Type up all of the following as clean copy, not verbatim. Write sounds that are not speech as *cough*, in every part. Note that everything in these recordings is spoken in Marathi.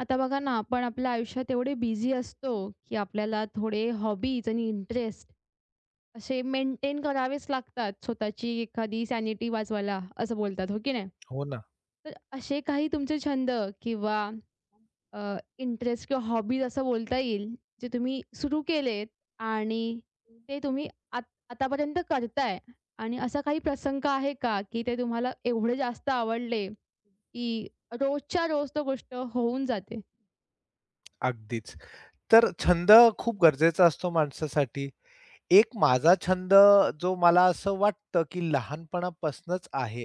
आता बघा ना, आपण आपल्या आयुष्यात एवढे बिझी असतो, की आपल्याला थोडे हॉबीज आणि इंटरेस्ट असे मेंटेन करावेच लागतात. स्वतःची एखादी सॅनिटी वाचवायला असं बोलतात, हो की नाही? हो ना, तर असे काही तुमचे छंद किंवा इंटरेस्ट किंवा हॉबीज असं बोलता येईल, जे तुम्ही सुरू केलेत आणि ते तुम्ही आतापर्यंत करताय. आणि असा काही प्रसंग आहे का, की ते तुम्हाला एवढे जास्त आवडले, की रोजच्या रोज तो गोष्ट होऊन जाते? अगदीच. तर छंद खूप गरजेचा असतो माणसासाठी. एक माझा छंद जो मला असं वाटतं, की लहानपणापासूनच आहे,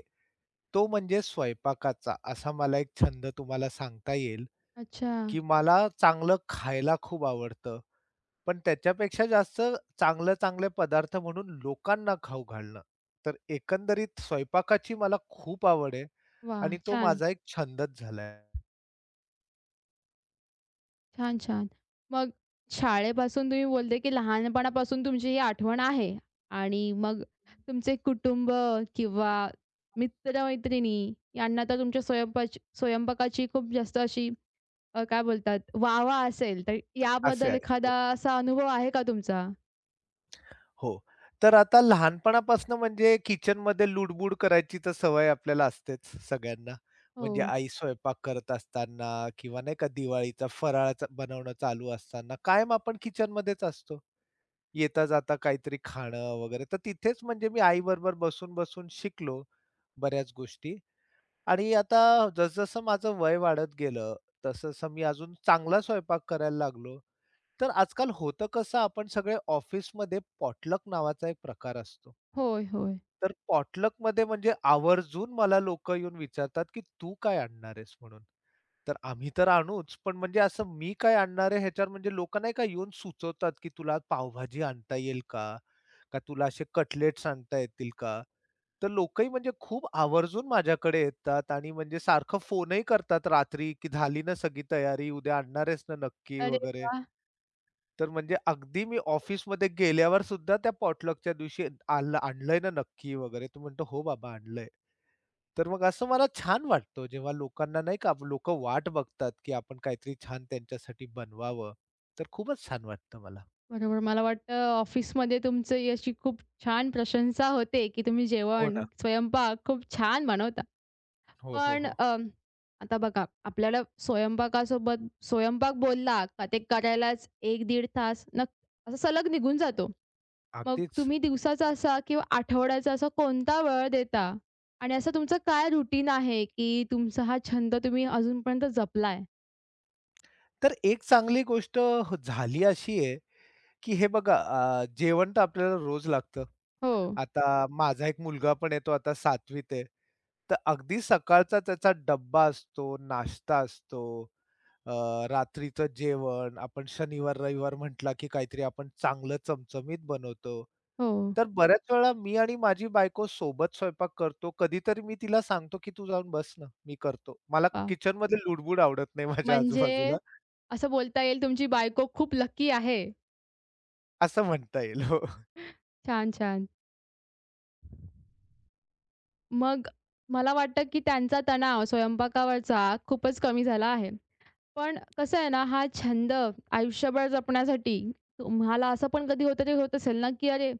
तो म्हणजे स्वयंपाकाचा. असा मला एक छंद तुम्हाला सांगता येईल, अच्छा. की मला चांगलं खायला खूप आवडतं. पण त्याच्यापेक्षा जास्त चांगले-चांगले पदार्थ म्हणून लोकांना खाऊ घालणं. तर एकंदरीत स्वयंपाकाची मला खूप आवड आहे वाह! आणि तो छान, माझा एक छंदच झालाय. छान, छान. मग शाळेपासून तुम्ही बोलले, की लहानपणापासून तुमची ही आठवण आहे. आणि मग तुमचे कुटुंब किंवा मित्र-मैत्रिणी यांना तर तुमच्या स्वयंपाकाची खूप जास्त अशी काय बोलतात, वाह असेल, तर असे याबद्दल आहे. हो. एखादा असा अनुभव आहे का तुमचा? हो. तर आता लहानपणापासून म्हणजे किचनमध्ये लुडबुड करायची तर सवय आपल्याला असतेच सगळ्यांना. म्हणजे हो. आई स्वयंपाक करत असताना किंवा नाही का दिवाळीचा फराळ च बनवणं चालू असताना कायम आपण किचनमध्येच असतो. येता-जाता काहीतरी खाणं वगैरे. तर तिथेच म्हणजे मी आईबरोबर बसून-बसून शिकलो बऱ्याच गोष्टी आणि आता जसं माझं वय वाढत गेलं, तसं मी अजून चांगला स्वयंपाक करायला लागलो. तर आजकाल होतं कसं आपण सगळे ऑफिसमध्ये पॉटलक नावाचा एक प्रकार असतो. होय, होय. तर पॉटलकमध्ये म्हणजे आवर्जून मला लोकं येऊन विचारतात, की "तू काय आणणार आहेस?" म्हणून. तर आम्ही तर आणूच, पण म्हणजे असं मी काय आणणार आहे ह्याच्यावर म्हणजे लोकं नाही का येऊन सुचवतात, की "तुला पावभाजी आणता येईल का? का तुला असे कटलेट्स आणता येतील का?" तर लोकंही म्हणजे खूप आवर्जून माझ्याकडे येतात आणि म्हणजे सारखं फोनही करतात रात्री, की "झाली ना सगळी तयारी? उद्या आणणार आहेस ना नक्की?" अरे वगैरे. वाह! तर म्हणजे अगदी मी ऑफिसमध्ये गेल्यावर सुद्धा त्या पॉटलकच्या दिवशी आणलंय ना नक्की वगैरे. तो म्हणतो, "हो बाबा आणलंय." तर मग असं मला छान वाटतं जेव्हा लोकांना नाही का लोकं वाट बघतात, की आपण काहीतरी छान त्यांच्यासाठी बनवावं. तर खूपच छान वाटतं मला. बरोबर. मला वाटतं ऑफिसमध्ये तुमची अशी खूप छान प्रशंसा होते, की तुम्ही हो जेवण, ना. स्वयंपाक खूप छान बनवता. हो, हो, पण हो. आता बघा, आपल्याला स्वयंपाकासोबत, स्वयंपाक बोलला का ते करायलाच 1-1.5 तास असं सलग निघून जातो. मग अगदीच. तुम्ही दिवसाचा असा किंवा आठवड्याचा असा कोणता वेळ देता? आणि असं तुमचं काय रुटीन आहे, की तुमचा हा छंद तुम्ही अजूनपर्यंत जपलाय? तर एक चांगली गोष्ट झाली अशी आहे, की हे बघा जेवण तर आपल्याला रोज लागतं. हो, आता माझा एक मुलगा पण आहे, तो आता 7वीत आहे. तर अगदी सकाळचा त्याचा डब्बा असतो, नाश्ता असतो, अ, रात्रीचं जेवण, आपण शनिवार-रविवार म्हटला की काहीतरी आपण चांगलं चमचमीत बनवतो. हो. तर बऱ्याच वेळा मी आणि माझी बायको सोबत स्वयंपाक करतो. कधीतरी मी तिला सांगतो, की "तू जाऊन बस ना, मी करतो." मला वाह! किचनमध्ये लुडबुड आवडत नाही माझ्या आजूबाजूला म्हणजे असं बोलता येईल, तुमची बायको खूप लकी आहे. असं म्हणता येईल. हो. छान, छान. मग मला वाटतं, की त्यांचा तणाव स्वयंपाकावरचा खूपच कमी झाला आहे. पण कसं आहे ना, हा छंद आयुष्यभर जपण्यासाठी तुम्हाला असं पण कधी होतं, ते होत असेल ना, की "अरे,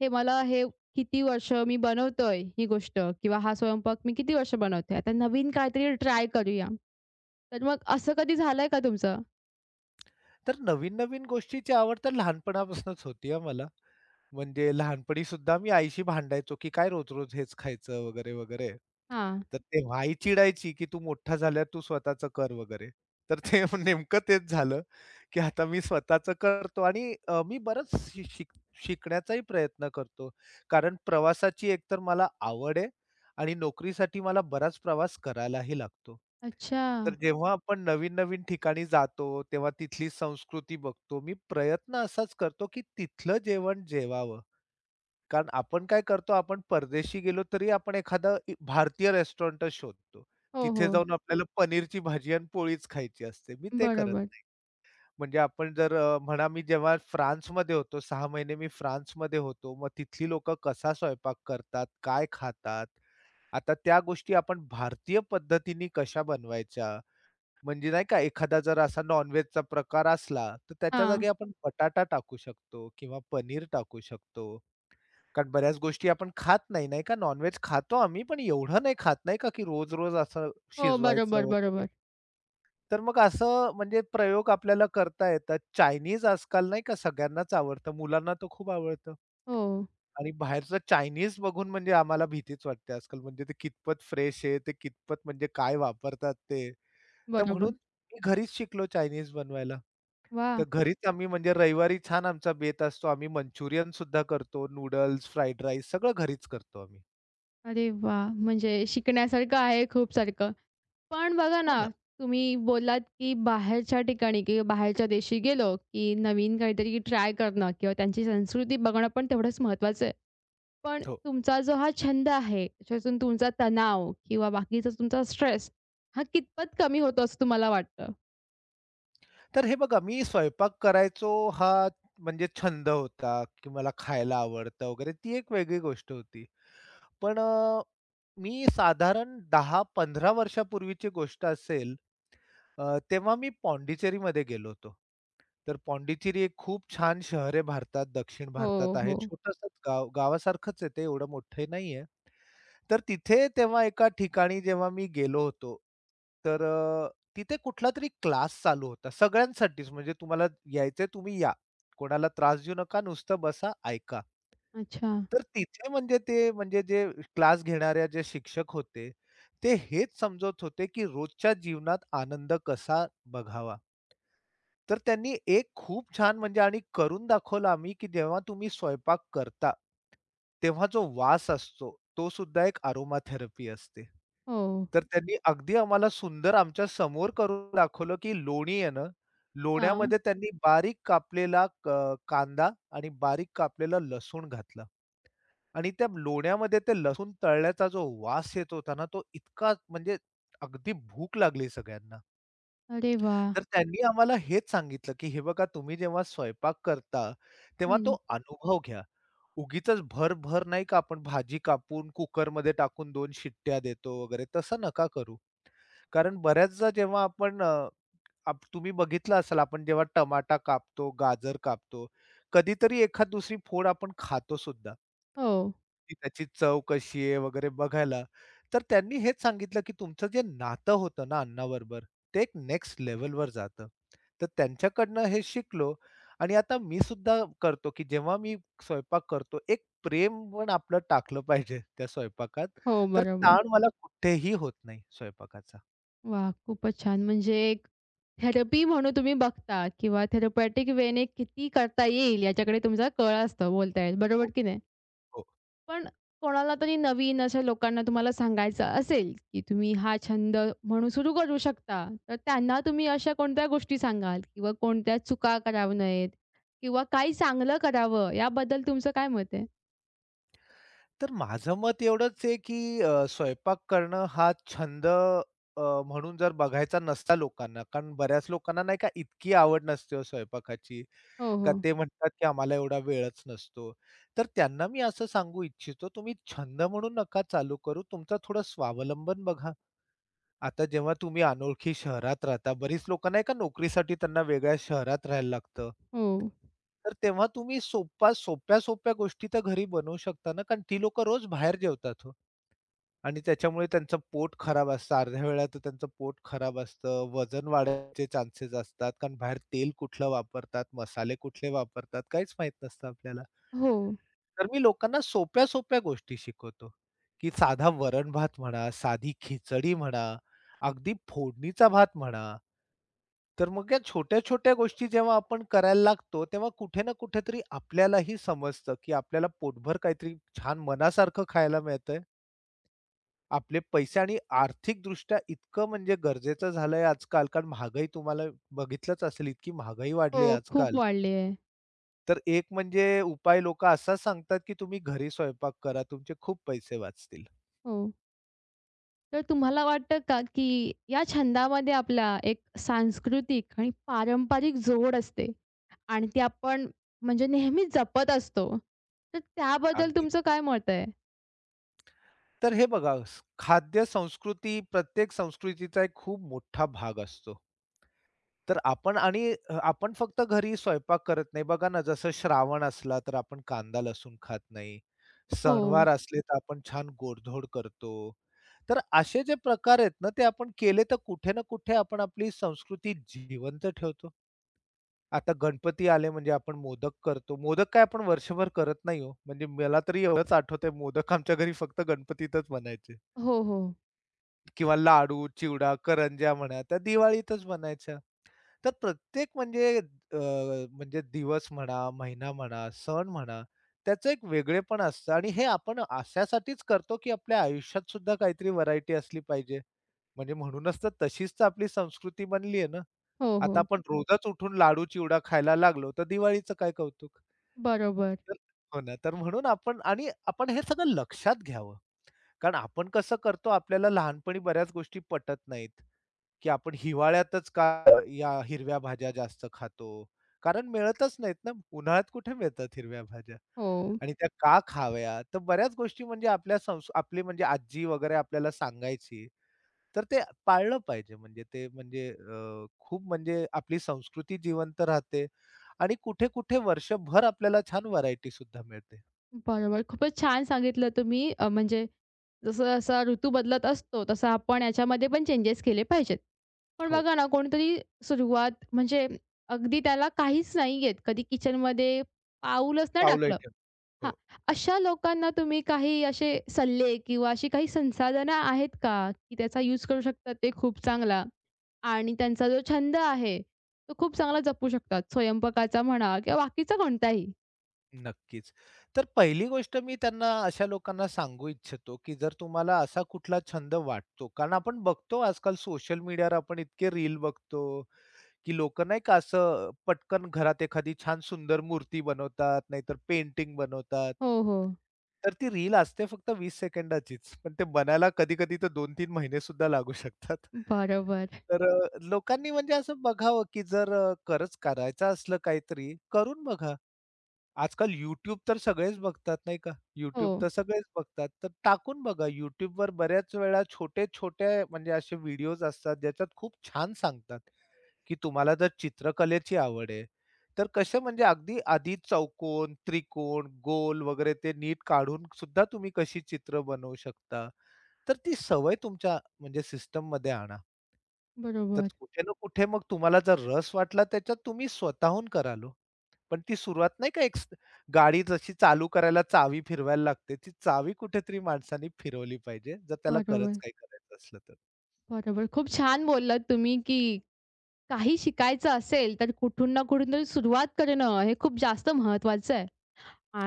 हे किती वर्ष मी बनवतोय ही गोष्ट, किंवा हा स्वयंपाक मी किती वर्ष बनवते. आता नवीन काहीतरी ट्राय करूया." तर मग असं कधी झालंय का तुमचं? तर नवीन-नवीन गोष्टीची आवड तर लहानपणापासूनच होती हां मला. म्हणजे लहानपणीसुद्धा मी आईशी भांडायचो, की "काय रोज-रोज हेच खायचं?" वगैरे, वगैरे. हां. तर तेव्हा आई चिडायची, की "तू मोठा झाल्यावर तू स्वतःचं कर" वगैरे. तर ते *laughs* नेमकं तेच झालं, की आता मी स्वतःचं करतो आणि मी बरंच शि शिक शिकण्याचाही प्रयत्न करतो. कारण प्रवासाची एकतर मला आवड आहे आणि नोकरीसाठी मला बराच प्रवास करायलाही लागतो. अच्छा. तर जेव्हा आपण नवीन-नवीन ठिकाणी जातो, तेव्हा तिथली संस्कृती बघतो. मी प्रयत्न असाच करतो, की तिथलं जेवण जेवावं. कारण आपण काय करतो, आपण परदेशी गेलो तरी आपण एखादं भारतीय रेस्टॉरंटच शोधतो. हो, तिथे हो. जाऊन आपल्याला पनीरची भाजी आणि पोळीच खायची असते. मी ते करत बरोबर. नाही. म्हणजे आपण जर म्हणा मी जेव्हा फ्रान्समध्ये होतो, 6 महिने मी फ्रान्समध्ये होतो. मग तिथली लोकं कसा स्वयंपाक करतात, काय खातात. आता त्या गोष्टी आपण भारतीय पद्धतीने कशा बनवायच्या. म्हणजे नाही का एखादा जर असा नॉन प्रकार असला, तर त्याच्या हां. जागी आपण बटाटा टाकू शकतो किंवा पनीर टाकू शकतो. कारण बऱ्याच गोष्टी आपण खात नाही, नाही का? नॉन-व्हेज खातो आम्ही, पण एवढं नाही खात, नाही का, की रोज-रोज असं हो, शिजवायचं बरोबर, वगैरे. बरोबर. तर मग असं म्हणजे प्रयोग आपल्याला करता येतात. चायनीज आजकाल नाही का सगळ्यांनाच आवडतं. मुलांना तर खूप आवडतं. हो, आणि बाहेरचं चायनीज बघून म्हणजे आम्हाला भीतीच वाटते आजकाल. म्हणजे ते कितपत फ्रेश आहे, ते कितपत म्हणजे काय वापरतात ते. तर बरोबर. म्हणून मी घरीच शिकलो चायनीज बनवायला. वाह! तर घरीच आम्ही म्हणजे रविवारी छान आमचा बेत असतो. आम्ही मंचुरियन सुद्धा करतो, नूडल्स, फ्राईड राईस सगळं घरीच करतो आम्ही. अरे वा, म्हणजे शिकण्यासारखं आहे खूप सारखं. पण बघा हो ना, तुम्ही बोललात, की बाहेरच्या ठिकाणी किंवा बाहेरच्या देशी गेलो, की नवीन काहीतरी ट्राय करणं किंवा त्यांची संस्कृती बघणं, पण तेवढंच महत्त्वाचं आहे. पण हो. तुमचा जो हा छंद आहे, त्याच्यातून तुमचा तणाव किंवा बाकीचा तुमचा स्ट्रेस हा कितपत कमी होतो, असं तुम्हाला वाटतं? तर हे बघा मी स्वयंपाक करायचो हा म्हणजे छंद होता, की मला खायला आवडतं वगैरे ती एक वेगळी गोष्ट होती. पण मी साधारण 10-15 वर्षापूर्वीची गोष्ट असेल तेव्हा मी पॉंडिचेरीमध्ये गेलो होतो. तर पॉंडिचेरी एक खूप छान शहर आहे भारतात, दक्षिण हो, भारतात आहे. हो. छोटंसंच गाव, गावासारखंच आहे ते एवढं मोठं नाहीये. तर तिथे तेव्हा एका ठिकाणी जेव्हा मी गेलो होतो, तर तिथे कुठला तरी क्लास चालू होता सगळ्यांसाठीच. म्हणजे तुम्हाला यायचंय तुम्ही या. कोणाला त्रास देऊ नका, नुसतं बसा, ऐका. अच्छा. तर तिथे म्हणजे ते म्हणजे जे क्लास घेणाऱ्या जे शिक्षक होते, ते हेच समजवत होते, की रोजच्या जीवनात आनंद कसा बघावा. तर त्यांनी एक खूप छान म्हणजे आणि करून दाखवलं आम्ही, की जेव्हा तुम्ही स्वयंपाक करता, तेव्हा जो वास असतो, तो सुद्धा एक अरोमा थेरपी असते. हो. तर त्यांनी अगदी आम्हाला सुंदर आमच्या समोर करून दाखवलं, की लोणी आहे ना, हां. लोण्यामध्ये त्यांनी बारीक कापलेला कांदा आणि बारीक कापलेलं लसूण घातलं. आणि त्या लोण्यामध्ये ते लसूण तळल्याचा जो वास येत होता ना, तो इतका म्हणजे अगदी भूक लागली सगळ्यांना. अरे वाह! तर त्यांनी आम्हाला हेच सांगितलं, की "हे बघा तुम्ही जेव्हा स्वयंपाक करता, तेव्हा तो हं. अनुभव घ्या. उगीचच भर-भर नाही का आपण भाजी कापून कुकरमध्ये टाकून दोन शिट्ट्या देतो वगैरे तसं नका करू." कारण बऱ्याचदा जेव्हा आपण तुम्ही बघितलं असाल आपण जेव्हा टमाटा कापतो, गाजर कापतो, कधीतरी एखाद दुसरी फोड आपण खातो सुद्धा. हो. की त्याची चव कशी आहे वगैरे बघायला. तर त्यांनी हेच सांगितलं, की तुमचं जे नातं होतं ना अन्नाबरोबर, ते एक नेक्स्ट लेव्हलवर जातं. तर त्यांच्याकडनं हे शिकलो आणि आता मी सुद्धा करतो, की जेव्हा मी स्वयंपाक करतो, एक प्रेम पण आपलं टाकलं पाहिजे त्या स्वयंपाकात. हो, तर बरोबर. ताण मला कुठेही होत नाही स्वयंपाकाचा. वाह! खूपच छान. म्हणजे एक थेरपी म्हणून तुम्ही बघता, किंवा थेरपॅटिक वेने किती करता येईल याच्याकडे तुमचा कळ असतो, बोलता येईल, बरोबर हो, की नाही? हो. पण कोणाला तरी नवीन अशा लोकांना तुम्हाला सांगायचं असेल, की तुम्ही हा छंद म्हणून सुरू करू शकता, तर त्यांना तुम्ही अशा कोणत्या गोष्टी सांगाल किंवा कोणत्या चुका करावू नयेत, किंवा काही चांगलं करावं, याबद्दल तुमचं काय मत आहे? तर माझं मत एवढंच आहे, की स्वयंपाक करणं हा छंद म्हणून जर बघायचा नसता लोकांना, कारण बऱ्याच लोकांना नाही का इतकी आवड नसते हो स्वयंपाकाची, हो, का हो. ते म्हणतात, की आम्हाला एवढा वेळच नसतो. तर त्यांना मी असं सांगू इच्छितो, तुम्ही छंद म्हणून नका चालू करू, तुमचा थोडा स्वावलंबन बघा. आता जेव्हा तुम्ही अनोळखी शहरात राहता, बरीच लोकं नाही का नोकरीसाठी त्यांना वेगळ्या शहरात राहायला लागतं. हो. तर तेव्हा तुम्ही सोप्या-सोप्या गोष्टी तर घरी बनवू शकता ना, कारण ती लोकं रोज बाहेर जेवतात हो आणि त्याच्यामुळे त्यांचं पोट खराब असतं. अर्ध्या वेळा तर त्यांचं पोट खराब असतं, वजन वाढायचे चान्सेस असतात, कारण बाहेर तेल कुठलं वापरतात, मसाले कुठले वापरतात, काहीच माहीत नसतं आपल्याला. हो. तर मी लोकांना सोप्या-सोप्या गोष्टी शिकवतो, की साधा वरण-भात म्हणा, साधी खिचडी म्हणा, अगदी फोडणीचा भात म्हणा. तर मग या छोट्या-छोट्या गोष्टी जेव्हा आपण करायला लागतो, तेव्हा कुठे ना कुठेतरी आपल्यालाही समजतं, की आपल्याला पोटभर काहीतरी छान मनासारखं खायला मिळतंय. आपले पैसे आणि आर्थिकदृष्ट्या इतकं म्हणजे गरजेचं झालंय आजकाल, कारण महागाई तुम्हाला बघितलंच असेल, इतकी महागाई हो, वाढली आहे खूप आजकाल. वाढली आहे. तर एक म्हणजे उपाय लोकं असा सांगतात, की तुम्ही घरी स्वयंपाक करा, तुमचे खूप पैसे वाचतील. हो. तर तुम्हाला वाटतं का, की या छंदामध्ये आपला एक सांस्कृतिक आणि पारंपरिक जोड असते, आणि ती आपण म्हणजे नेहमी जपत असतो. तर त्याबद्दल अगदीच. तुमचं काय मत आहे? तर हे बघा, खाद्य संस्कृती प्रत्येक संस्कृतीचा एक खूप मोठा भाग असतो. तर आपण आणि आपण फक्त घरी स्वयंपाक करत नाही. बघा ना, जसं श्रावण असला तर आपण कांदा लसूण खात नाही. हो. सणवार असले तर आपण छान गोडधोड करतो. तर असे जे प्रकार आहेत ना, ते आपण केले तर कुठे ना कुठे आपण आपली संस्कृती जिवंत ठेवतो. आता गणपती आले म्हणजे आपण मोदक करतो. मोदक काय आपण वर्षभर करत नाही हो. म्हणजे मला तरी एवढंच आठवतंय मोदक आमच्या घरी फक्त गणपतीतच बनायचे हो, हो. किंवा लाडू, चिवडा, करंज्या म्हणा त्या दिवाळीतच बनायच्या. तर प्रत्येक म्हणजे अ, म्हणजे दिवस म्हणा, महिना म्हणा, सण म्हणा, त्याचं एक वेगळेपण असतं आणि हे आपण अशासाठीच करतो, की आपल्या आयुष्यात सुद्धा काहीतरी व्हरायटी असली पाहिजे. म्हणजे म्हणूनच तर तशीच तर आपली संस्कृती बनली आहे ना. हो, आता हो. आपण हो. रोजच उठून लाडू-चिवडा खायला लागलो, तर दिवाळीचं काय कौतुक? बरोबर. तर हो ना, तर म्हणून आपण आणि आपण हे सगळं लक्षात घ्यावं. कारण आपण कसं करतो, आपल्याला लहानपणी बऱ्याच गोष्टी पटत नाहीत. की आपण हिवाळ्यातच का या हिरव्या भाज्या जास्त खातो? कारण मिळतच नाहीत ना. उन्हाळ्यात कुठे मिळतात हिरव्या भाज्या हो. आणि त्या का खाव्या? तर बऱ्याच गोष्टी म्हणजे आपल्या आपली म्हणजे आजी वगैरे आपल्याला सांगायची. तर ते पाळलं पाहिजे म्हणजे ते म्हणजे खूप म्हणजे आपली संस्कृती जिवंत राहते आणि कुठे-कुठे वर्षभर आपल्याला छान व्हरायटी सुद्धा मिळते. बरोबर. खूपच छान सांगितलं तुम्ही. म्हणजे जसं-जसा ऋतू बदलत असतो, तसं आपण याच्यामध्ये पण चेंजेस केले पाहिजेत. पण हो. बघा ना, कोणतरी सुरुवात, म्हणजे अगदी त्याला काहीच नाही येत, कधी किचनमध्ये पाऊलच नाही पावलंही टाकलं. ठेव हां. हो. अशा लोकांना तुम्ही काही असे सल्ले किंवा अशी काही संसाधनं आहेत का, की त्याचा यूज करू शकतात ते खूप चांगला, आणि त्यांचा जो छंद आहे, तो खूप चांगला जपू शकतात? स्वयंपाकाचा म्हणा किंवा बाकीचा कोणताही? नक्कीच. तर पहिली गोष्ट मी त्यांना अशा लोकांना सांगू इच्छितो, की जर तुम्हाला असा कुठला छंद वाटतो, कारण आपण बघतो आजकाल सोशल मीडियावर आपण इतके रील बघतो, की लोकं नाही का असं पटकन घरात एखादी छान सुंदर मूर्ती बनवतात, नाहीतर पेंटिंग बनवतात. हो, हो. तर ती रील असते फक्त 20 सेकंदाचीच, पण ते बनायला कधी-कधी तर 2-3 महिने सुद्धा लागू शकतात. बरोबर. तर लोकांनी म्हणजे असं बघावं, की जर खरंच करायचं असलं काहीतरी, करून बघा. आजकाल YouTube तर सगळेच बघतात नाही का? हो. YouTube तर सगळेच बघतात. तर टाकून बघा YouTubeवर बऱ्याच वेळा छोटे-छोटे म्हणजे असे व्हिडिओज असतात ज्याच्यात खूप छान सांगतात, की तुम्हाला जर चित्रकलेची आवड आहे, तर कसे म्हणजे अगदी आधी चौकोन, त्रिकोण, गोल वगैरे ते नीट काढून सुद्धा तुम्ही कशी चित्र बनवू शकता. तर ती सवय तुमच्या म्हणजे सिस्टममध्ये आणा. तर बरोबर, कुठे ना कुठे मग तुम्हाला जर रस वाटला त्याच्यात तुम्ही स्वतःहून करालो हो. पण ती सुरुवात नाही का एक गाडी जशी चालू करायला चावी फिरवायला लागते, ती चावी कुठेतरी माणसाने फिरवली पाहिजे, जर त्याला खरंच बरोबर, काही करायचं असलं तर. बरोबर. खूप छान बोललात तुम्ही, की काही शिकायचं असेल, तर कुठून ना कुठून तरी सुरुवात करणं हे खूप जास्त महत्त्वाचं आहे.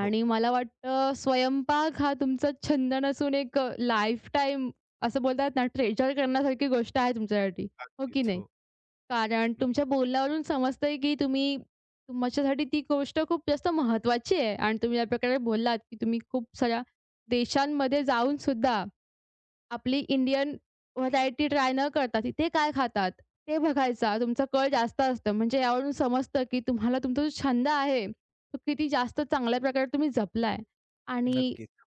हो. मला वाटतं स्वयंपाक हा तुमचा छंद नसून एक लाईफटाईम, असं बोलतात ना, ट्रेजर करण्यासारखी गोष्ट आहे तुमच्यासाठी, हो की अगदीच, नाही? हो. कारण न तुमच्या बोलण्यावरून समजतंय, की तुम्ही, तुमच्यासाठी ती गोष्ट खूप जास्त महत्त्वाची आहे. आणि तुम्ही या प्रकारे बोललात, की तुम्ही खूप साऱ्या देशांमध्ये जाऊन सुद्धा आपली इंडियन व्हरायटी ट्राय न करता तिथे काय खातात, ते बघायचा तुमचा कल जास्त असतं. म्हणजे यावरून समजतं, की तुम्हाला तुमचा जो छंद आहे, तो किती जास्त चांगल्या प्रकारे तुम्ही जपलाय. आणि नक्कीच,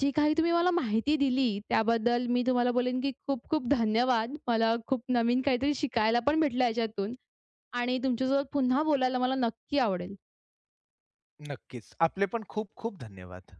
जी काही तुम्ही मला माहिती दिली, त्याबद्दल मी तुम्हाला बोलेन, की खूप-खूप धन्यवाद. मला खूप नवीन काहीतरी शिकायला पण भेटलं याच्यातून, आणि तुमच्यासोबत पुन्हा बोलायला मला नक्की आवडेल. नक्कीच. आपले पण खूप खूप धन्यवाद.